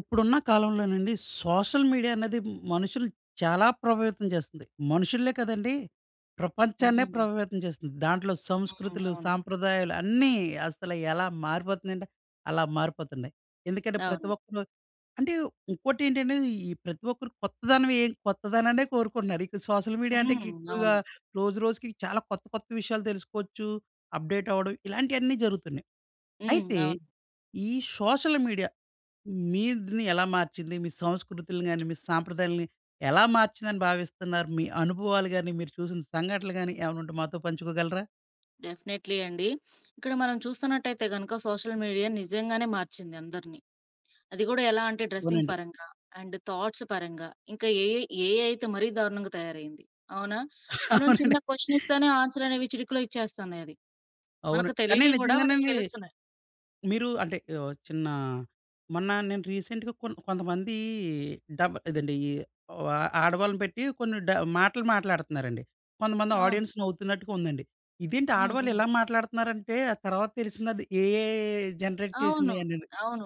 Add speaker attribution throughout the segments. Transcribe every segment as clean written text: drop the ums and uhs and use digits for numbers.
Speaker 1: ఇప్పుడున్న కాలంలోనండి social media అనేది మనుషులు చాలా ప్రభావితం చేస్తుంది. మనుషుల్లే కదండీ!
Speaker 2: హ్మ్.
Speaker 1: ప్రపంచాన్నే
Speaker 2: హ్మ్.
Speaker 1: ప్రభావితం చేస్తుంది. దాంట్లో సంస్కృతులు,
Speaker 2: అవును.
Speaker 1: సాంప్రదాయాలు అన్నీ అసలు ఎలా మారిపోతున్నాయంటే అలా మారిపోతున్నాయి. ఎందుకంటే ప్రతి
Speaker 2: అవును.
Speaker 1: ఒక్కరు అంటే ఇంకోటేంటంటే ఈ ప్రతి ఒక్కరు కొత్తదనం కొత్తదనాన్నే కోరుకుంటున్నారు. ఇక సోషల్ మీడియా అంటే ఇంక
Speaker 2: హ్మ్.
Speaker 1: ఎక్కువగా
Speaker 2: అవును.
Speaker 1: రోజు రోజుకి చాలా కొత్త కొత్త విషయాలు తెలుసుకోవచ్చు. అప్‌డేట్ అవ్వడం ఇలాంటియన్నీ జరుగుతున్నాయి.
Speaker 2: హ్మ్.
Speaker 1: అయితే
Speaker 2: అవును.
Speaker 1: ఈ సోషల్ మీడియా మీరిని ఎలా మార్చింది? మీ సంస్కృతులను గాని, మీ సాంప్రదాయాల్ని ఎలా మార్చిందని భావిస్తున్నారు? మీ అనుభవాలు గాని, మీరు చూసిన సంఘటనలు గాని ఏమైనా ఉంటే మాతో పంచుకోగలరా?
Speaker 2: డెఫినెట్‌లీ అండి. ఇక్కడ మనం చూస్తున్నట్టయితే గనుక సోషల్ మీడియా నిజంగానే మార్చింది అందరిని. అది గూడా ఎలా అంటే డ్రెసింగ్
Speaker 1: అవునండి.
Speaker 2: పరంగా అండ్ థాట్స్ పరంగా ఇంకా ఏఐ ఏఐ అయితే మరీ దారుణంగా తయారైంది. అవునా? మనం చిన్న
Speaker 1: అవునండి.
Speaker 2: క్వెషన్ ఇస్తేనే ఆన్సర్ అనేవి చిటికలో ఇచ్చేస్తున్నాయి అది.
Speaker 1: అవును.
Speaker 2: మనకు
Speaker 1: కానీ
Speaker 2: తెలియనివి గూడా వాటికి
Speaker 1: నిజంగానండి
Speaker 2: తెలుస్తున్నాయి.
Speaker 1: మీరు అంటే చిన్న మొన్న నేను రీసెంట్‌గా కొంతమంది ఇదండి ఈ వా ఆడవాళ్ళని పెట్టి కొన్ని మాటలు మాట్లాడుతున్నారండి. కొంతమంది
Speaker 2: అవును.
Speaker 1: ఆడియన్స్ నవ్వుతున్నట్టుగా ఉందండి. ఇదేంటి
Speaker 2: హ్మ్.
Speaker 1: ఆడవాళ్ళు
Speaker 2: హ్మ్.
Speaker 1: ఇలా మాట్లాడుతున్నారంటే, ఆ తర్వాత తెలిసింది అది ఏఐ జనరేట్
Speaker 2: అవును.
Speaker 1: చేసింది అనండి.
Speaker 2: అవును.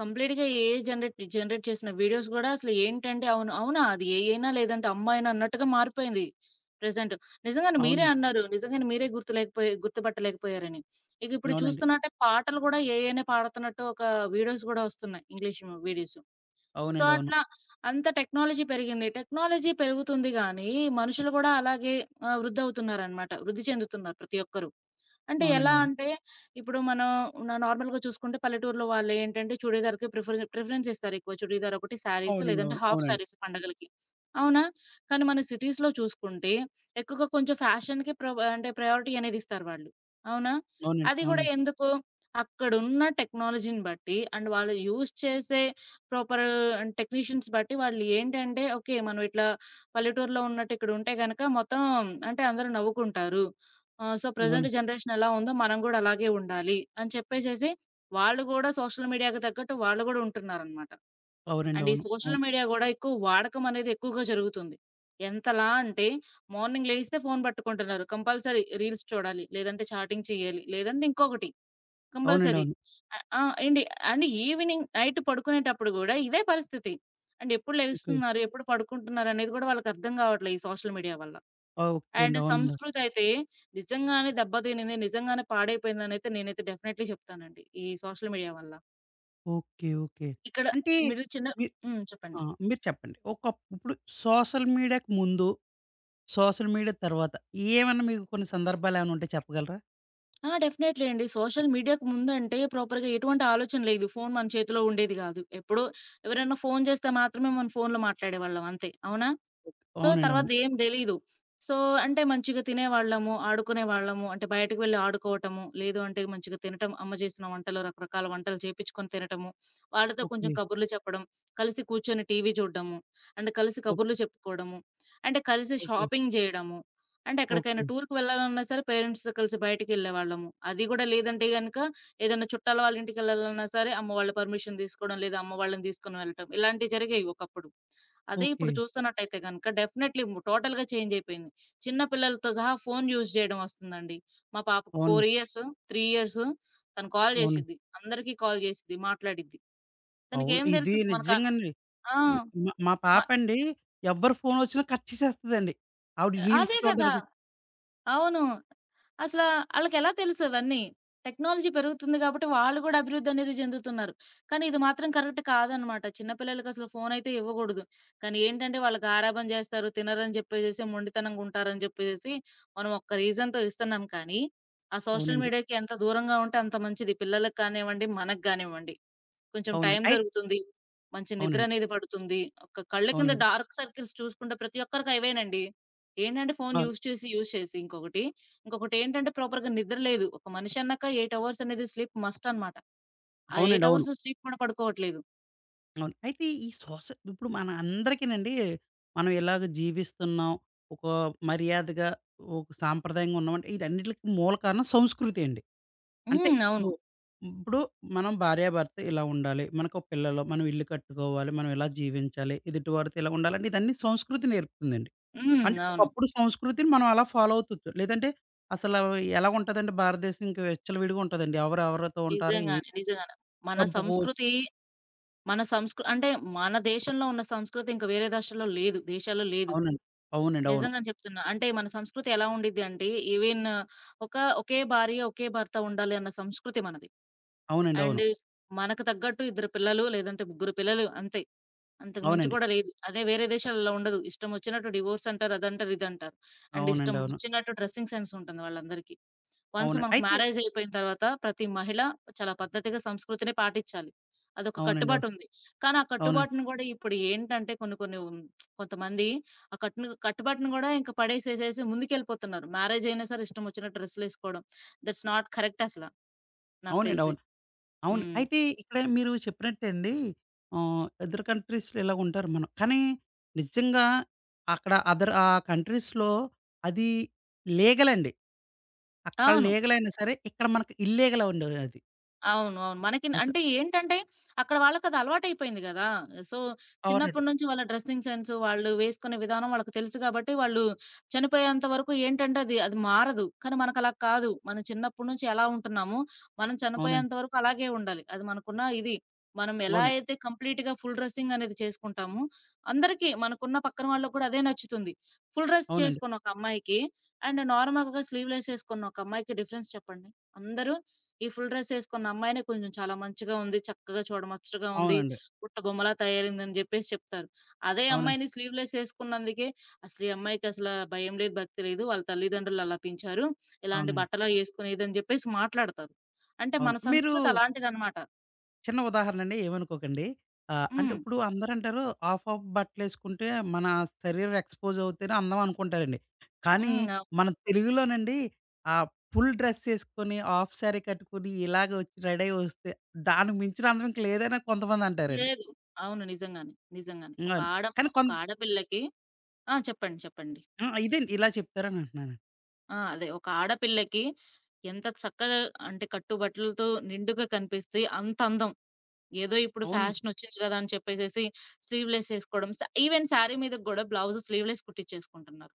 Speaker 2: కంప్లీట్‌గా ఏఐ జనరేట్ జనరేట్ చేసిన వీడియోస్ గూడా అసలు ఏంటంటే అవును. అవునా! అది ఏఐనా లేదంటే అమ్మాయేనా అన్నట్టుగా మారిపోయింది ప్రెజెంట్. నిజంగానే మీరే
Speaker 1: అవునండి.
Speaker 2: అన్నారు. నిజంగానే మీరే గుర్తుపట్టలేకపోయారని. ఇక ఇప్పుడు
Speaker 1: అవునండి.
Speaker 2: చూస్తున్నట్టే పాటలు గూడా ఏఐనే పాడుతున్నట్టు ఒక వీడియోస్ గూడా వస్తున్నాయి. English videos. సో,
Speaker 1: అవునండి. అవును.
Speaker 2: అట్లా అంత టెక్నాలజీ పెరిగింది. టెక్నాలజీ పెరుగుతుంది గానీ, మనుషులు గూడా అలాగే వృద్ధి చెందుతున్నారు ప్రతి ఒక్కరు. అంటే
Speaker 1: అవునండి.
Speaker 2: ఎలా
Speaker 1: అవును.
Speaker 2: అంటే, ఇప్పుడు మనం నార్మల్‌గా చూసుకుంటే పల్లెటూరులో వాళ్ళేంటంటే చుడీదార్‌కి ప్రిఫరెన్స్ ఇస్తారెక్కువ. చుడీదార్ ఒకటి, శారీస్
Speaker 1: అవునండి.
Speaker 2: లేదంటే హాఫ్
Speaker 1: అవును.
Speaker 2: శారీస్ పండగలకి. అవునా? కానీ మన సిటీస్‌లో చూసుకుంటే ఎక్కువగా కొంచెం ఫ్యాషన్‌కి ప్రొ అంటే ప్రయారిటీ అనేది ఇస్తారు వాళ్ళు. అవునా? అది గూడా
Speaker 1: అవునండి.
Speaker 2: ఎందుకు? అక్కడున్న టెక్నాలజీని బట్టి అండ్ వాళ్ళు యూజ్ చేసే ప్రాపర్ టెక్నీషియన్స్ బట్టి వాళ్ళు ఏంటంటే, ఓకే. మనం ఇట్లా పల్లెటూరులో ఉన్నట్టు ఇక్కడ ఉంటే గనక మొత్తం అంటే అందరూ నవ్వుకుంటారు. ఆ! సో, ప్రెజెంట్
Speaker 1: అవునండి.
Speaker 2: జనరేషన్ ఎలా ఉందో మనం గూడా అలాగే ఉండాలి అని చెప్పేసేసి వాళ్ళు గూడా సోషల్ మీడియాకి తగ్గట్టు వాళ్ళు గూడా ఉంటున్నారనమాట.
Speaker 1: అవునండి.
Speaker 2: అండ్ ఈ
Speaker 1: అవును. అవునండి. అవును.
Speaker 2: సోషల్
Speaker 1: అవును.
Speaker 2: మీడియా గూడా ఎక్కువ వాడకం అనేది ఎక్కువగా జరుగుతుంది. ఎంతలా అంటే మార్నింగ్ లెగిస్తే ఫోను పట్టుకుంటున్నారు. కంపల్సరీ రీల్స్ చూడాలి, లేదంటే చాటింగ్ చేయాలి, లేదంటే ఇంకొకటి
Speaker 1: అవునండి.
Speaker 2: కంపల్సరీ.
Speaker 1: అవును.
Speaker 2: ఆహ్, ఆ! ఏండి అండ్ ఈవినింగ్ నైట్ పడుకునేటప్పుడు గూడా ఇదే పరిస్థితి. అండ్ ఎప్పుడు
Speaker 1: ఓకే.
Speaker 2: లెగుస్తున్నారు, ఎప్పుడు పడుకుంటున్నారు అనేది గూడా వాళ్ళకి అర్థం గావట్లే ఈ సోషల్ మీడియా వల్ల.
Speaker 1: ఆ! ఓకే
Speaker 2: అండ్
Speaker 1: అండి. అవునండి.
Speaker 2: సంస్కృతయితే నిజంగానే దెబ్బతినింది. నిజంగానే పాడైపోయిందనైతే నేనైతే డెఫినైట్‌లీ చెప్తానండి. ఈ సోషల్ మీడియా వల్ల.
Speaker 1: ఓకే. ఓకే.
Speaker 2: ఇక్కడ
Speaker 1: అంటే
Speaker 2: మీరు చిన్న
Speaker 1: మీ
Speaker 2: హ్మ్.
Speaker 1: ఆ!
Speaker 2: చెప్పండి.
Speaker 1: మీరు చెప్పండి. ఇప్పుడు సోషల్ మీడియాకి ముందు, సోషల్ మీడియా తర్వాత ఏమన్నా మీకు కొన్ని సందర్భాలేమైనా ఉంటే చెప్పగలరా?
Speaker 2: ఆ! డెఫినైట్‌లీ అండి. సోషల్ మీడియాకు ముందంటే ప్రాపర్‌గా ఎటువంటి ఆలోచన లేదు. ఫోను మన చేతిలో ఉండేది గాదు. ఎప్పుడో ఎవరైనా ఫోను చేస్తే మాత్రమే మనం ఫోనులో మాట్లాడేవాళ్ళం అంతే. అవునా?
Speaker 1: ఓకే.
Speaker 2: సో,
Speaker 1: అవునండి.
Speaker 2: తర్వాత
Speaker 1: అవును.
Speaker 2: ఏం తెలీదు. సో, అంటే మంచిగా తినేవాళ్ళము, ఆడుకునేవాళ్ళము. అంటే బయటకి వెళ్లి ఆడుకోవటము, లేదు అంటే మంచిగా తినటం, అమ్మ చేసిన వంటలు రకరకాల వంటలు చేపిచ్చుకొని తినటము, వాళ్ళతో కొంచెం
Speaker 1: ఓకే.
Speaker 2: కబుర్లు చెప్పడం, కలిసి కూర్చొని టీవీ చూడ్డము, అండ్ కలిసి
Speaker 1: ఓకే.
Speaker 2: కబుర్లు చెప్పుకోవడము, అంటే కలిసి
Speaker 1: ఓకే.
Speaker 2: షాపింగ్ జేయడము. అంటే ఎక్కడికైనా
Speaker 1: ఓకే.
Speaker 2: టూర్‌కి వెళ్ళాలన్నా సరే పేరెంట్స్‌తో కలిసి బయటికెళ్ళేవాళ్ళము. అది గూడా లేదంటే గనక ఏదైనా చుట్టాల వాళ్ళ ఇంటికెళ్ళాలన్నా సరే అమ్మ వాళ్ళ పర్మిషన్ తీసుకోవడం, లేదా అమ్మ వాళ్ళని తీసుకొని వెళ్ళటం ఇలాంటివి జరిగేయి ఒకప్పుడు. అదే
Speaker 1: ఓకే.
Speaker 2: ఇప్పుడు చూస్తున్నట్టయితే గనక డెఫినైట్‌లీ టోటల్‌గా చేంజ్ అయిపోయింది. చిన్న పిల్లలతో సహా ఫోను యూజ్ చేయడం వస్తుందండి. మా పాపకు
Speaker 1: అవునండి.
Speaker 2: 4 ఇయర్స్, 3 ఇయర్స్ తను కాల్
Speaker 1: అవునండి.
Speaker 2: చేసిద్ది. అందరికీ కాల్ చేసిద్ది, మాట్లాడిద్ది.
Speaker 1: అవును.
Speaker 2: తనకేం
Speaker 1: ఇది
Speaker 2: తెలుసు మనక
Speaker 1: నిజంగానండి.
Speaker 2: ఆ! ఆ,
Speaker 1: ని మా మా
Speaker 2: మ
Speaker 1: పాపండి ఎవ్వరి ఫోనొచ్చినా కట్ చేసేస్తదండి. ఆవిడ రీల్స్
Speaker 2: అదే కదా!
Speaker 1: చూడడానికి
Speaker 2: అవును. అసలా ఆళ్ళకెలా తెలుసు అవన్నీ? టెక్నాలజీ పెరుగుతుంది గాబట్టి వాళ్ళు గూడా అభివృద్ధి అనేది చెందుతున్నారు. కానీ ఇది మాత్రం కరెక్ట్ కాదనమాట. చిన్న పిల్లలకసలు ఫోనయితే ఇవ్వగూడదు. కానీ ఏంటంటే వాళ్ళకి గారాబం జేస్తారు. తినరని జెప్పేసేసి, మొండితనంగుంటారని జెప్పేసేసి మనం ఒక్క రీజన్‌తో ఇస్తున్నాం కానీ, ఆ సోషల్
Speaker 1: అవునండి.
Speaker 2: మీడియాకి ఎంత దూరంగా ఉంటే అంత మంచిది. పిల్లలకి కానివ్వండి, మనకు గానివ్వండి. కొంచెం టైం
Speaker 1: అవునండి.
Speaker 2: దొరుకుతుంది. మంచి
Speaker 1: అవునండి.
Speaker 2: నిద్రనేది పడుతుంది. ఒక కళ్ళ కింద
Speaker 1: అవునండి.
Speaker 2: డార్క్ సర్కిల్స్ చూసుకుంటే ప్రతి ఒక్కరికి అవేనండి. ఏంటంటే ఫోను
Speaker 1: ఆ!
Speaker 2: యూజ్ చేసి ఇంకొకటి. ఇంకొకటేంటంటే ప్రాపర్‌గా నిద్ర లేదు. ఒక మనిషి అన్నాక 8 అవర్స్ అనేది స్లీప్ మస్ట్ అనమాట. ఆ
Speaker 1: అవునండి.
Speaker 2: 8
Speaker 1: అవును.
Speaker 2: అవర్స్ స్లీప్ కూడా పడుకోవట్లేదు.
Speaker 1: అవును. అయితే ఈ ఇప్పుడు మన అందరికీనండి మనం ఇలాగ జీవిస్తున్నాం, ఒక మర్యాదగా, ఒక సాంప్రదాయంగా ఉన్నామంటే ఇదన్నిట్లికి మూల కారణం సంస్కృతి అండి. అంటే
Speaker 2: హ్మ్. అవును.
Speaker 1: ఇప్పుడు, ఇప్పుడు మనం భార్యాభర్త ఇలా ఉండాలి, మనకు పిల్లలు, మనం ఇల్లు కట్టుకోవాలి, మనం ఇలా జీవించాలి, ఎదుటివారితో ఇలా ఉండాలంటే ఇదన్నీ సంస్కృతి నేర్పుతుందండి.
Speaker 2: హ్మ్.
Speaker 1: అంటే
Speaker 2: అవును.
Speaker 1: ఒకప్పుడు సంస్కృతిని మనం అలా ఫాలో అవుతొచ్చు. లేదంటే అసలు ఎలాగుంటదండి భారతదేశం ఇంక విచ్చలవిడిగా ఉంటదండి. ఎవరెవరితో ఉంటారు?
Speaker 2: నిజంగానే. నిజంగానే. మన
Speaker 1: చంపుకో
Speaker 2: సంస్కృతి మన సంస్కృ అంటే మన దేశంలో ఉన్న సంస్కృతి ఇంకా వేరే రాష్ట్రాల్లో లేదు. దేశాల్లో లేదు.
Speaker 1: అవునండి. అవునండి. అవును.
Speaker 2: నిజంగానే చెప్తున్నా. అంటే మన సంస్కృతి ఎలా ఉండిద్ది అంటే ఈవెన్ ఒక ఒకే భార్య, ఒకే భర్త ఉండాలి అన్న సంస్కృతి మనది.
Speaker 1: అవునండి. అవును.
Speaker 2: అండ్ మనకు తగ్గట్టు ఇద్దరు పిల్లలు లేదంటే ముగ్గురు పిల్లలు అంతే. అంతకు మించి
Speaker 1: అవునండి.
Speaker 2: కూడా లేదు. అదే వేరే దేశాల్లో అలా ఉండదు. ఇష్టం వచ్చినట్టు డివోర్స్ అంటారు. అదంటారు, ఇదంటారు. అండ్ ఇష్టం
Speaker 1: అవునండి. అవును.
Speaker 2: వచ్చినట్టు డ్రెస్సింగ్ సెన్స్ ఉంటుంది వాళ్ళందరికీ. వన్స్
Speaker 1: అవును.
Speaker 2: మనకు
Speaker 1: అయితే
Speaker 2: మ్యారేజ్ అయిపోయిన తర్వాత ప్రతి మహిళ చాలా పద్ధతిగా సంస్కృతిని పాటించాలి. అదొక
Speaker 1: అవునండి.
Speaker 2: కట్టుబాటు
Speaker 1: అవును.
Speaker 2: ఉంది. కానీ ఆ
Speaker 1: అవునండి.
Speaker 2: కట్టుబాటుని గూడా ఇప్పుడు ఏంటంటే కొన్ని కొన్ని కొంతమంది ఆ కట్టుబాటుని గూడా ఇంక పడేసేసేసి ముందుకెళ్ళిపోతున్నారు. మ్యారేజ్ అయినా సరే ఇష్టం వచ్చినట్టు డ్రెస్సులేసుకోవడం. దట్స్ నాట్ కరెక్ట్ అసల నాకు
Speaker 1: అవునండి.
Speaker 2: తెలిసి.
Speaker 1: అవును. అవును.
Speaker 2: హ్మ్.
Speaker 1: అయితే ఇక్కడ మీరు చెప్పినట్టండి అదర్ కంట్రీస్‌లో ఇలాగుంటారు మనం. కానీ నిజంగా అక్కడ అదర్ ఆ కంట్రీస్‌లో అది లీగల్ అండి. అక్కడ
Speaker 2: అవును.
Speaker 1: లీగల్ అయినా సరే ఇక్కడ మనకి ఇల్లీగల్ అండి అది.
Speaker 2: అవును. అవును. మనకి
Speaker 1: అస
Speaker 2: అంటే ఏంటంటే, అక్కడ వాళ్ళకది అలవాటయిపోయింది గదా! సో,
Speaker 1: అవునండి.
Speaker 2: చిన్నప్పటి నుంచి వాళ్ళ డ్రెస్సింగ్ సెన్స్, వాళ్ళు వేసుకునే విధానం వాళ్ళకి తెలుసు గాబట్టి, వాళ్ళు చనిపోయేంత వరకు ఏంటంటే, అది అది మారదు. కానీ మనకలా కాదు. మనం చిన్నప్పటి నుంచి ఎలా ఉంటున్నామో, మనం
Speaker 1: అవునండి.
Speaker 2: చనిపోయేంత వరకు అలాగే ఉండాలి. అది మనకున్న ఇది. మనం ఎలా
Speaker 1: అవునండి.
Speaker 2: అయితే కంప్లీట్‌గా ఫుల్ డ్రెస్సింగ్ అనేది చేసుకుంటామో, అందరికీ మనకున్న పక్కన వాళ్ళకి గూడా అదే నచ్చుతుంది. ఫుల్ డ్రెస్
Speaker 1: అవునండి.
Speaker 2: చేసుకున్న ఒక అమ్మాయికి, అండ్ నార్మల్‌గా స్లీవ్‌లెస్ ఏసుకున్న ఒక అమ్మాయికి డిఫరెన్స్ చెప్పండి? అందరూ ఈ ఫుల్ డ్రెస్సేసుకున్న అమ్మాయినే కొంచెం చాలా మంచిగా ఉంది, చక్కగా చూడముచ్చటగా ఉంది,
Speaker 1: అవునండి.
Speaker 2: పుట్ట బొమ్మలా తయారైందని జెప్పేసి చెప్తారు. అదే
Speaker 1: అవునండి.
Speaker 2: అమ్మాయిని స్లీవ్‌లెస్ ఏసుకున్నందుకే, అసలు ఈ అమ్మాయికసల భయం లేదు, భక్తి లేదు. వాళ్ళ తల్లిదండ్రులు అలా పెంచారు. ఇలాంటి
Speaker 1: అవునండి. అవునండి.
Speaker 2: బట్టలా ఏసుకునేదని జెప్పేసి మాట్లాడతారు. అంటే మన
Speaker 1: అవును. మీరు
Speaker 2: సంస్కృతి అలాంటిదనమాట.
Speaker 1: చిన్న ఉదాహరణండి ఏమనుకోకండి. అంటే
Speaker 2: హ్మ్.
Speaker 1: ఇప్పుడు అందరంటారు హాఫ్ హాఫ్ బట్టలేసుకుంటే మన శరీరం ఎక్స్‌పోజ్ అవుతేనే అందం అనుకుంటారండి. కానీ
Speaker 2: హ్మ్. అవును.
Speaker 1: మన తెలుగులోనండి ఆహ్, ఫుల్ డ్రెస్ ఏసుకొని హాఫ్ శారీ కట్టుకొని ఇలాగ వచ్చి రెడీ అయ్యి వస్తే దానికి మించిన అందం ఇంక లేదని కొంతమంది అంటారండి.
Speaker 2: లేదు. అవును. నిజంగానే. నిజంగానే.
Speaker 1: అవును. కానీ
Speaker 2: ఒక ఆడపిల్లకి ఆ! చెప్పండి. చెప్పండి.
Speaker 1: ఆ! ఇదేండి ఇలా చెప్తారని అంటున్నాను.
Speaker 2: ఆ! అదే ఒక ఆడపిల్లకి ఎంత చక్కగా అంటే కట్టుబట్టలతో నిండుగా కనిపిస్తే అంత అందం. ఏదో ఇప్పుడు
Speaker 1: అవునండి.
Speaker 2: ఫ్యాషనొచ్చింది గదా! అని చెప్పేసేసి స్లీవ్‌లెస్ ఏసుకోవడం. ఈవెన్ శారీ మీదకి గూడా బ్లౌజ్ స్లీవ్‌లెస్ కుట్టిచ్చేసుకుంటున్నారు.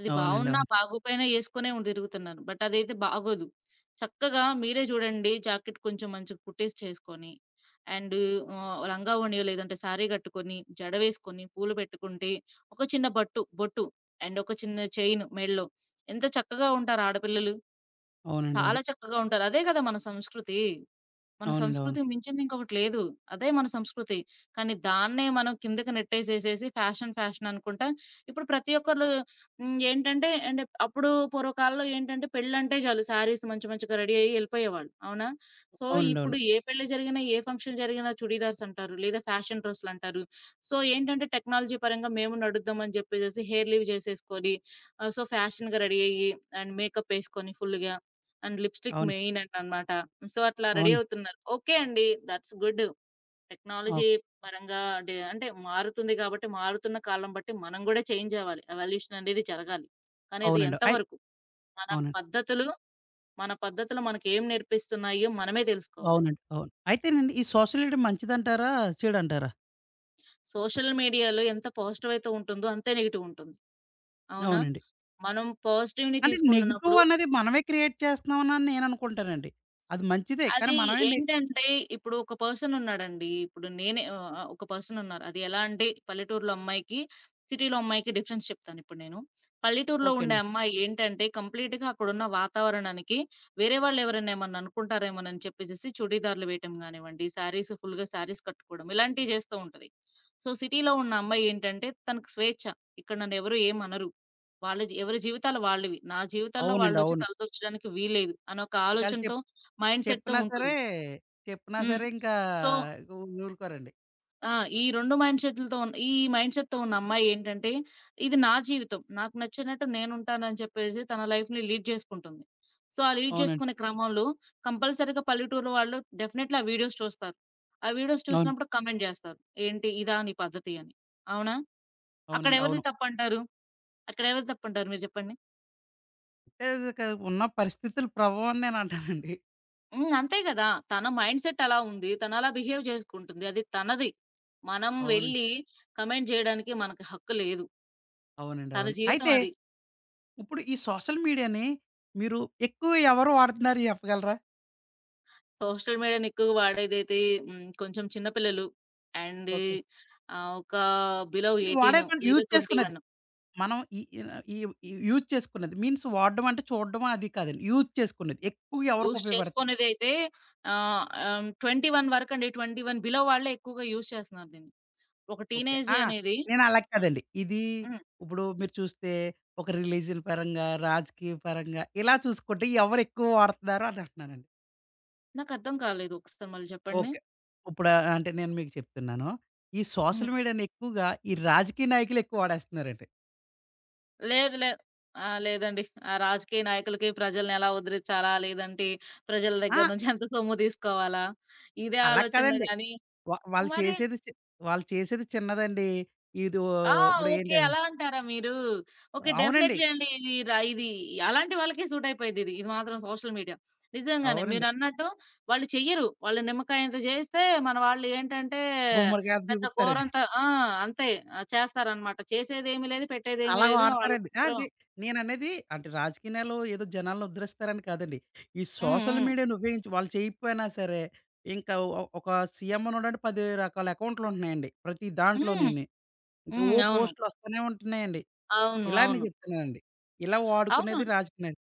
Speaker 2: అది
Speaker 1: అవునండి.
Speaker 2: బావున్నా,
Speaker 1: అవును.
Speaker 2: బాగోపోయినా ఏసుకొనే ఉ తిరుగుతున్నారు. బట్ అదైతే బాగోదు. చక్కగా మీరే జూడండి జాకెట్ కొంచెం మంచిగా కుట్టేసి చేసుకొని అండ్ లంగా ఓణియో లేదంటే శారీ గట్టుకొని, జడ వేసుకొని, పూలు పెట్టుకుంటే, ఒక చిన్న బొట్టు అండ్ ఒక చిన్న చైను మెడలో ఎంత చక్కగా ఉంటారు ఆడపిల్లలు.
Speaker 1: అవునండి.
Speaker 2: చాలా
Speaker 1: అవును.
Speaker 2: చక్కగా ఉంటారు. అదే గదా! మన సంస్కృతి. మన
Speaker 1: అవునండి. అవును.
Speaker 2: సంస్కృతికి మించింది ఇంకొకటి లేదు. అదే మన సంస్కృతి. కానీ దాన్నే మనం కిందకి నెట్టేసేసేసి ఫ్యాషన్, ఫ్యాషన్ అనుకుంటా ఇప్పుడు ప్రతి ఒక్కళ్ళు ఏంటంటే అంటే అప్పుడు పూర్వకాలంలో ఏంటంటే పెళ్ళంటే చాలు శారీస్ మంచి మంచిగా రెడీ అయ్యి ఎళ్ళిపోయేవాళ్ళు. అవునా? సో,
Speaker 1: అవునండి.
Speaker 2: ఇప్పుడు
Speaker 1: అవును.
Speaker 2: ఏ పెళ్లి జరిగినా, ఏ ఫంక్షన్ జరిగినా చుడీదార్స్ అంటారు. లేదా ఫ్యాషన్ డ్రెస్సులంటారు. సో, ఏంటంటే టెక్నాలజీ పరంగా మేము నడుద్దాం అని చెప్పేసేసి హెయిర్ లీవ్ చేసేసుకొని సో, ఫ్యాషన్‌గా రెడీ అయ్యి అండ్ మేకప్ ఏసుకొని ఫుల్‌గా అండ్ లిప్‌స్టిక్
Speaker 1: అవును.
Speaker 2: మెయిన్ అనమాట. సో, అట్లా
Speaker 1: అవును. అవును.
Speaker 2: రెడీ
Speaker 1: అవును.
Speaker 2: అవుతున్నారు. ఓకే అండి. That's good.
Speaker 1: అవ్
Speaker 2: టెక్నాలజీ పరంగా అంటే మారుతుంది కాబట్టి, మారుతున్న కాలం బట్టి మనం గూడా చేంజ్ అవ్వాలి. ఎవల్యూషన్ అనేది జరగాలి. కానీ అది
Speaker 1: అవునండి.
Speaker 2: ఎంత వరకు? మన
Speaker 1: అవునండి.
Speaker 2: పద్ధతులు, మన పద్ధతులు మనకేం నేర్పిస్తున్నాయో మనమే తెలుసుకోవాలి.
Speaker 1: అవునండి. అవును. అయితేనండి ఈ సోషలిటీ మంచిదంటారా? చెడంటారా?
Speaker 2: సోషల్ మీడియాలో ఎంత పాజిటివ్ అయితే ఉంటుందో, అంతే నెగెటివ్ ఉంటుంది. అవునా?
Speaker 1: అవునండి.
Speaker 2: మనం పాజిటివ్‌ని
Speaker 1: అంటే నెగెటివ్
Speaker 2: తీసుకుంటున్నప్పుడు
Speaker 1: అనేది మనమే క్రియేట్ చేస్తున్నామనని నేననుకుంటానండి. అది మంచిదే. కానీ
Speaker 2: అది
Speaker 1: మనమే నె
Speaker 2: ఏంటంటే, ఇప్పుడు ఒక పర్సన్ ఉన్నాడండి. ఇప్పుడు నేనే ఆహ్, ఆహ్, ఒక పర్సన్ ఉన్నారు. అది ఎలా అంటే పల్లెటూరులో అమ్మాయికి, సిటీలో అమ్మాయికి డిఫరెన్స్ చెప్తానిప్పుడు నేను. పల్లెటూరులో
Speaker 1: ఓకే
Speaker 2: ఉండే
Speaker 1: అండి.
Speaker 2: అమ్మాయి ఏంటంటే, కంప్లీట్‌గా అక్కడున్న వాతావరణానికి వేరే వాళ్ళెవరైనా ఏమన్నా అనుకుంటారేమోనని చెప్పేసేసి చుడీదార్లు వేయటం గానివ్వండి, శారీస్ ఫుల్‌గా శారీస్ కట్టుకోవడం ఇలాంటివి చేస్తూ ఉంటది. సో, సిటీలో ఉన్న అమ్మాయి ఏంటంటే తనకు స్వేచ్ఛ. ఇక్కడ నన్నెవరు ఏమనరు. వాళ్ళ జీ ఎవరి జీవితాలు వాళ్ళవి. నా జీవితాల్లో
Speaker 1: అవునండి.
Speaker 2: వాళ్ళొచ్చి
Speaker 1: అవును.
Speaker 2: తలదూర్చడానికి వీల్లేదు అనొక
Speaker 1: ఒకవేళ
Speaker 2: ఆలోచనతో
Speaker 1: చెప్
Speaker 2: మైండ్ సెట్‌తో
Speaker 1: చెప్పినా సరే,
Speaker 2: ఉంటుంది.
Speaker 1: చెప్పినా
Speaker 2: హ్మ్.
Speaker 1: సరే ఇంకా
Speaker 2: సో
Speaker 1: ఊ ఊరుకోరండి.
Speaker 2: ఆ! ఈ మైండ్ సెట్‌తో ఉన్న అమ్మాయి ఏంటంటే, ఇది నా జీవితం. నాకు నచ్చినట్టు నేనుంటానని చెప్పేసి తన లైఫ్‌ని లీడ్ చేసుకుంటుంది. సో, ఆ లీడ్
Speaker 1: అవునండి.
Speaker 2: చేసుకునే క్రమంలో కంపల్సరీగా పల్లెటూరు వాళ్ళు డెఫినైట్లీ ఆ వీడియోస్ చూస్తారు. ఆ వీడియోస్
Speaker 1: అవును.
Speaker 2: చూసినప్పుడు కామెంట్ జేస్తారు. "ఏంటి ఇదా నీ పద్ధతి" అని. అవునా?
Speaker 1: అవునండి.
Speaker 2: అక్కడెవరిది
Speaker 1: అవును.
Speaker 2: తప్పంటారు? అక్కడెవరిది తప్పంటారు మీరు జెప్పండి?
Speaker 1: అంటే అది క ఉన్న పరిస్థితుల ప్రభావం అని నేనంటానండి.
Speaker 2: హ్మ్. అంతే గదా! తన మైండ్‌సెట్ అలా ఉంది. తనలా బిహేవ్ జేసుకుంటుంది. అది తనది. మనం
Speaker 1: అవునండి.
Speaker 2: వెళ్లి కమెంట్ జేయడానికి మనకి హక్కు లేదు.
Speaker 1: అవునండి.
Speaker 2: తన
Speaker 1: అవును.
Speaker 2: జీవితం
Speaker 1: అయితే
Speaker 2: అది.
Speaker 1: ఇప్పుడు ఈ సోషల్ మీడియాని మీరు ఎక్కువ ఎవరు వాడుతున్నారు చెప్పగలరా?
Speaker 2: సోషల్ మీడియాని ఎక్కువగా వాడేదైతే హ్మ్. కొంచెం చిన్న పిల్లలు అండ్
Speaker 1: ఓకే.
Speaker 2: ఒక బిలో
Speaker 1: అంటే వాడేకండి
Speaker 2: 18 లేదా
Speaker 1: యూజ్
Speaker 2: 21
Speaker 1: చేసుకునేది. మనం ఈ ఈ యూజ్ చేసుకున్నది. మీన్స్ వాడడం అంటే చూడడమా అది కాదండి. యూజ్ చేసుకున్నది. ఎక్కువ ఎవరికి
Speaker 2: యూజ్
Speaker 1: ఉపయోగపడుతుంది.
Speaker 2: చేసుకునేదైతే ఆహ్, ఆహ్, 21 వరకండి. 21 బిలో వాళ్ళే ఎక్కువగా యూజ్ చేస్తున్నారు దీన్ని. ఒక
Speaker 1: ఓకే.
Speaker 2: టీనేజ్
Speaker 1: ఆ!
Speaker 2: అనేది
Speaker 1: నేను అలా
Speaker 2: ఆహ్,
Speaker 1: కాదండి. ఇది
Speaker 2: హ్మ్.
Speaker 1: ఇప్పుడు మీరు చూస్తే ఒక రిలీజియన్ పరంగా, రాజకీయ పరంగా ఇలా చూసుకుంటే ఎవరు ఎక్కువ వాడుతున్నారో అని అంటున్నానండి.
Speaker 2: నాకర్థం కాలేదు. ఒకసారి మళ్ళీ జెప్పండి?
Speaker 1: ఓకే. ఇప్పుడు అంటే నేను మీకు చెప్తున్నాను. ఈ
Speaker 2: హ్మ్.
Speaker 1: సోషల్ మీడియాని ఎక్కువగా ఈ రాజకీయ నాయకులు ఎక్కువ వాడేస్తున్నారండి.
Speaker 2: లేదు. లేదు. ఆ! లేదండి. ఆ రాజకీయ నాయకులకి ప్రజల్ని ఎలా ఉద్ధరించాలా? లేదంటే ప్రజల
Speaker 1: ఆ!
Speaker 2: దగ్గర నుంచి ఎంత సొమ్ము తీసుకోవాలా? ఇదే
Speaker 1: అలా
Speaker 2: ఆలోచనలే
Speaker 1: కాదండి.
Speaker 2: గాని
Speaker 1: వాళ్ళు
Speaker 2: మరి
Speaker 1: చేసేది వాళ్ళు చేసేది చిన్నదండి. ఇదో
Speaker 2: ఆ!
Speaker 1: ఇప్పుడు
Speaker 2: ఓకే.
Speaker 1: ఏంటి
Speaker 2: అలా అంటారా మీరు? ఓకే.
Speaker 1: అవునండి.
Speaker 2: డెఫినైట్‌లీ అండి. ఇది అలాంటి వాళ్ళకే సూట్ అయిపోయిద్ది ఇది. ఇది మాత్రం సోషల్ మీడియా. నిజంగానే
Speaker 1: అవునండి.
Speaker 2: మీరన్నట్టు వాళ్ళు చెయ్యరు. వాళ్ళు నిమ్మకాయంత జేయిస్తే మన వాళ్ళు ఏంటంటే
Speaker 1: గుమ్మడికాయలు
Speaker 2: పెద్ద
Speaker 1: చూపిస్తారండి.
Speaker 2: కూరంత ఆ! అంతే చేస్తారనమాట. చేసేదేమీ లేదు. పెట్టేదేమీ
Speaker 1: అలా
Speaker 2: లేదు. వాళ్ళు
Speaker 1: వాడతారండి. ఆ!
Speaker 2: మాత్రం
Speaker 1: నేననేది అంటే రాజకీయ నాయకులు ఏదో జనాలను ఉద్ధరిస్తారని కాదండి. ఈ
Speaker 2: హ్మ్.
Speaker 1: సోషల్
Speaker 2: హ్మ్.
Speaker 1: మీడియాను ఉపయోగించి వాళ్ళు చేయకపోయినా సరే, ఇంకా ఒక సీఎం ఉన్నాడంటే 10 రకాల అకౌంట్లుంటున్నాయండి. ప్రతి
Speaker 2: హ్మ్.
Speaker 1: దాంట్లోనేని. ఇంక
Speaker 2: హ్మ్.
Speaker 1: ఓ
Speaker 2: అవును.
Speaker 1: పోస్టులొస్తూనే ఉంటున్నాయండి.
Speaker 2: అవును.
Speaker 1: ఇలా నేను
Speaker 2: అవును.
Speaker 1: చెప్తున్నానండి. ఇలా
Speaker 2: అవును.
Speaker 1: వాడుకునేది రాజకీయ నాయకులు.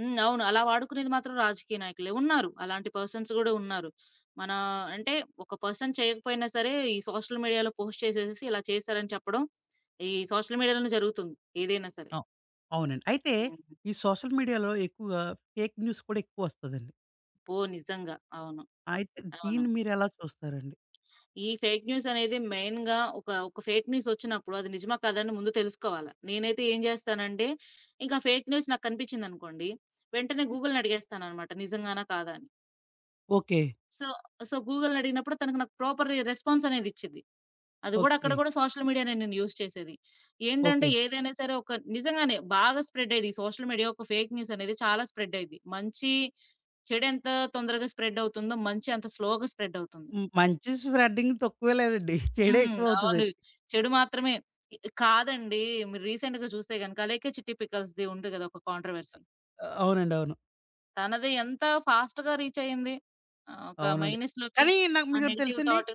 Speaker 2: హ్మ్. అవును. అలా వాడుకునేది మాత్రం రాజకీయ నాయకులే. ఉన్నారు. అలాంటి పర్సన్స్ గూడా ఉన్నారు. మన అంటే ఒక పర్సన్ చేయకపోయినా సరే, ఈ సోషల్ మీడియాలో పోస్ట్ చేసేసేసి ఇలా చేశారని చెప్పడం, ఈ సోషల్ మీడియాలోనే జరుగుతుంది. ఏదైనా సరే.
Speaker 1: అవు అవునండి. అయితే
Speaker 2: హ్మ్.
Speaker 1: ఈ సోషల్ మీడియాలో ఎక్కువగా ఫేక్ న్యూస్ కూడా ఎక్కువొస్తదండి.
Speaker 2: నిజంగా. అవును.
Speaker 1: అయితే
Speaker 2: అవును.
Speaker 1: దీన్ని మీరెలా చూస్తారండి?
Speaker 2: ఈ ఫేక్ న్యూస్ అనేది మెయిన్‌గా ఒక ఫేక్ న్యూస్ వచ్చినప్పుడు అది నిజమా కాదా అని ముందు తెలుసుకోవాల. నేనైతే ఏం చేస్తానంటే, ఇంక ఫేక్ న్యూస్ నాకు కనిపించిందనుకోండి, వెంటనే గూగుల్‌ని అడిగేస్తాననమాట. నిజంగానా? కాదా? అని.
Speaker 1: ఓకే.
Speaker 2: సో, సో, గూగుల్‌ని అడిగినప్పుడు నాకు ప్రాపర్ రెస్పాన్స్ అనేది ఇచ్చిద్ది. అది గూడా అక్కడ
Speaker 1: ఓకే.
Speaker 2: గూడా సోషల్ మీడియానే నేను యూజ్ చేసేది. ఏంటంటే
Speaker 1: ఓకే.
Speaker 2: ఏదైనా సరే నిజంగానే బాగా స్ప్రెడ్ అయ్యేది. ఈ సోషల్ మీడియా ఒక ఫేక్ న్యూస్ అనేది చాలా స్ప్రెడ్ అయ్యిద్ది. మంచి, చెడు ఎంత తొందరగా స్ప్రెడ్ అవుతుందో, మంచి అంత స్లోగా స్ప్రెడ్ అవుతుంది.
Speaker 1: హ్మ్. మంచి స్ప్రెడ్డింగ్ తక్కువే లేదండి. చెడే
Speaker 2: హ్మ్. అవును.
Speaker 1: ఎక్కువవుతదండి.
Speaker 2: చెడు మాత్రమే ఇ కాదండి. మీరు రీసెంట్‌గా చూస్తే గనక 'లేకే చిట్టి పిక్కల్స్‌ది' ఉంది గదా! ఒక కాంట్రోవర్సీ.
Speaker 1: అవునండి. అవును.
Speaker 2: తనది ఎంత ఫాస్ట్‌గా రీచ్ అయింది. ఒక
Speaker 1: అవునండి.
Speaker 2: మైనస్‌లోకి
Speaker 1: కానీ నాకు
Speaker 2: ఆ
Speaker 1: మీకోటి
Speaker 2: నెగెటివ్
Speaker 1: తెలుసండి?
Speaker 2: థాట్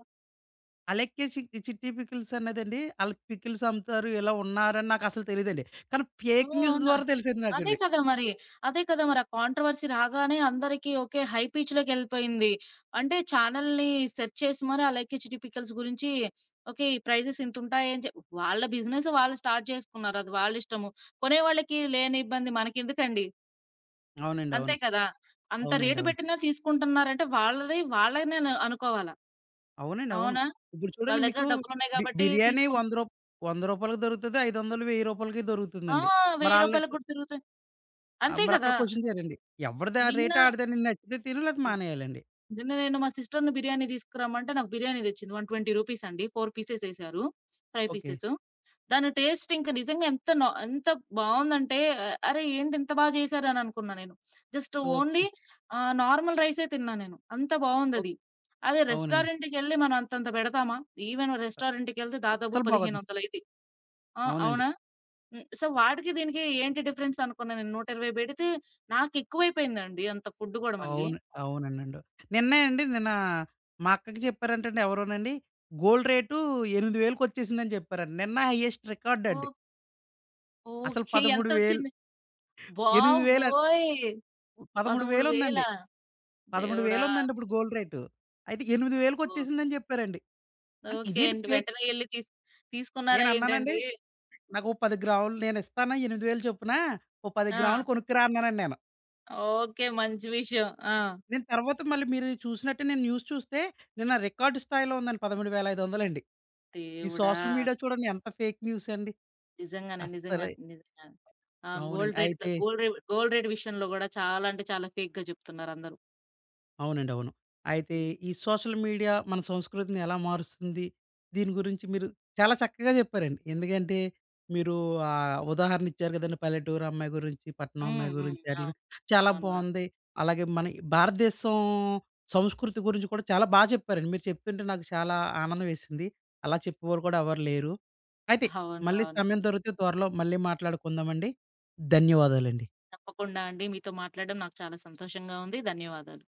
Speaker 1: 'అలెక్కే చి 'చిట్టి పికిల్స్' అన్నదండి ఆళ్ళు పికిల్స్ అమ్ముతారు, ఇలా ఉన్నారని నాకసలు తెలీదండి. కానీ
Speaker 2: ఓహ్!
Speaker 1: ఫేక్ న్యూస్
Speaker 2: అవునా?
Speaker 1: ద్వారా తెలిసింది
Speaker 2: అదే
Speaker 1: నాకండి.
Speaker 2: కదా మరి. అదే కదా మరి. ఆ కాంట్రోవర్సీ రాగానే అందరికీ ఓకే. హై పిచ్‌లోకెళ్ళిపోయింది. అంటే ఛానెల్‌ని సెర్చ్ చేసి మరి ఆ 'లైక్ ఏ టిపికల్స్' గురించి ఓకే. ఈ ప్రైజెస్ ఇంతుంటాయని చె వాళ్ళ బిజినెస్ వాళ్ళు స్టార్ట్ చేసుకున్నారు. అది వాళ్ళిష్టము. కొనేవాళ్ళకి లేని ఇబ్బంది మనకెందుకండి?
Speaker 1: అవునండి.
Speaker 2: అంతే
Speaker 1: అవును.
Speaker 2: కదా! అంత
Speaker 1: అవునండి.
Speaker 2: రేటు
Speaker 1: అవును.
Speaker 2: పెట్టినా తీసుకుంటున్నారంటే వాళ్ళది వాళ్ళనే అనుకోవాలా.
Speaker 1: అవునండి. అవును.
Speaker 2: అవునా?
Speaker 1: ఇప్పుడు
Speaker 2: వాళ్ళ
Speaker 1: చూడండి
Speaker 2: దగ్గర
Speaker 1: మీకు
Speaker 2: డబ్బులున్నాయి కాబట్టి
Speaker 1: బిర్యానీ రూ.
Speaker 2: తీసుకుం
Speaker 1: 100 రూ. 100కి దొరుకుతది. 500, 1000
Speaker 2: ఆ! రూ.
Speaker 1: దొరుకుతుందండి. మరి
Speaker 2: 1000
Speaker 1: ఆళ్ళకి
Speaker 2: కూడా తిరుగుతాయి. అంతే
Speaker 1: మరక్కడ
Speaker 2: కదా!
Speaker 1: క్వెషన్ చేయరండి. ఎవడిది ఆ
Speaker 2: నిన్న
Speaker 1: రేట్ ఆడిదండి. నచ్చితే తిను లేతే మానేయాలండి.
Speaker 2: నిన్న నేను మా సిస్టర్‌ని బిర్యానీ తీసుకురమ్మంటే నాకు బిర్యానీ తెచ్చింది. 120 రూపీస్ అండి. 4 పీసెస్ ఎసారు. Fry
Speaker 1: okay.
Speaker 2: పీసెస్. దాని టేస్ట్ ఇంక నిజంగా ఎంత బావుందంటే అరే! ఏంటి ఇంత బా చేశారు అని అనుకున్నా నేను. Just only
Speaker 1: okay.
Speaker 2: నార్మల్ రైసే తిన్నా నేను. అంత
Speaker 1: ఓక్
Speaker 2: బావుందది. అదే
Speaker 1: అవునండి.
Speaker 2: రెస్టారెంట్‌కెళ్ళి మనం అంతంత పెడతామా? ఈవెన్ రెస్టారెంట్‌కెళ్తే దాదాపు
Speaker 1: అస్సలు బాగోదు.
Speaker 2: 1500 అయిద్ది. ఆ!
Speaker 1: అవునండి.
Speaker 2: అవునా? హ్మ్. సో, వాటికి దీనికి ఏంటి డిఫరెన్స్ అనుకున్నా నేను. 120 పెడితే నాకెక్కువైపోయిందండి అంత ఫుడ్ గూడా మళ్ళీ.
Speaker 1: అవును. అవునండండి. నిన్నే అండి నిన్న మా అక్కకి చెప్పారంటండి ఎవరోనండి, గోల్డ్ రేటు 8,000కి వచ్చేసిందని చెప్పారండి. నిన్న హైయెస్ట్ రికార్డ్ అండి.
Speaker 2: ఓహ్!
Speaker 1: అసలు
Speaker 2: ఓకే.
Speaker 1: 13,000
Speaker 2: ఎంతొచ్చింది?
Speaker 1: 8,000 అం
Speaker 2: బాబోయ్!
Speaker 1: 13,000 ఉందండి.
Speaker 2: 13,000 దేవుడా!
Speaker 1: 13,000 ఉందండి ఇప్పుడు గోల్డ్ రేటు. అయితే 8,000కి
Speaker 2: ఓ
Speaker 1: వచ్చేసిందని చెప్పారండి. అంటే
Speaker 2: ఓకే
Speaker 1: ఇదేంటి
Speaker 2: అండి.
Speaker 1: ఫేక్
Speaker 2: వెంటనే ఎళ్లి తీస్ తీసుకున్నారా ఏంటండి?
Speaker 1: నేనన్నానండి, నాకు ఓ 10 గ్రాములు నేనిస్తాను 8,000 చొప్పున ఓ 10
Speaker 2: ఆ!
Speaker 1: గ్రాములు కొనుక్కురా అన్నానండి నేను.
Speaker 2: ఓకే. మంచి విషయం. ఆ!
Speaker 1: నేను తర్వాత మళ్ళీ మీరు చూసినట్టే నేను న్యూస్ చూస్తే నిన్న రికార్డ్ స్థాయిలో ఉందండి 13,500 అండి. ఈ
Speaker 2: దేవుడా!
Speaker 1: సోషల్ మీడియా చూడండి ఎంత ఫేక్ న్యూస్ అండి.
Speaker 2: నిజంగానే.
Speaker 1: అస్సలే
Speaker 2: నిజంగానే. నిజంగానే. ఆ!
Speaker 1: అవునండి. అయితే
Speaker 2: గోల్డ్ రేట్ విషయంలో గూడా చాలా అంటే చాలా ఫేక్‌గా చెప్తున్నారందరూ.
Speaker 1: అవునండి. అవును. అయితే
Speaker 2: హ్మ్.
Speaker 1: ఈ సోషల్ మీడియా మన సంస్కృతిని ఎలా మారుస్తుంది? దీని గురించి మీరు చాలా చక్కగా చెప్పారండి. ఎందుకంటే మీరు ఉదాహరణ ఇచ్చారు కదండీ! పల్లెటూరు అమ్మాయి గురించి, పట్టణం
Speaker 2: హ్మ్.
Speaker 1: అమ్మాయి
Speaker 2: హ్మ్.
Speaker 1: గురించి అట్లా
Speaker 2: అవును.
Speaker 1: చాలా
Speaker 2: అవును.
Speaker 1: బావుంది. అలాగే మన భారతదేశం సంస్కృతి గురించి కూడా చాలా చెప్పారండి. మీరు చెప్తుంటే నాకు చాలా ఆనందం వేసింది. అలా చెప్పేవారు కూడా ఎవరు లేరు. అయితే
Speaker 2: అవును.
Speaker 1: మళ్ళీ
Speaker 2: అవును.
Speaker 1: సమయం దొరికితే త్వరలో మళ్ళీ మాట్లాడుకుందామండి. ధన్యవాదాలండి.
Speaker 2: తప్పకుండా అండి. మీతో మాట్లాడడం నాకు చాలా సంతోషంగా ఉంది. ధన్యవాదాలు.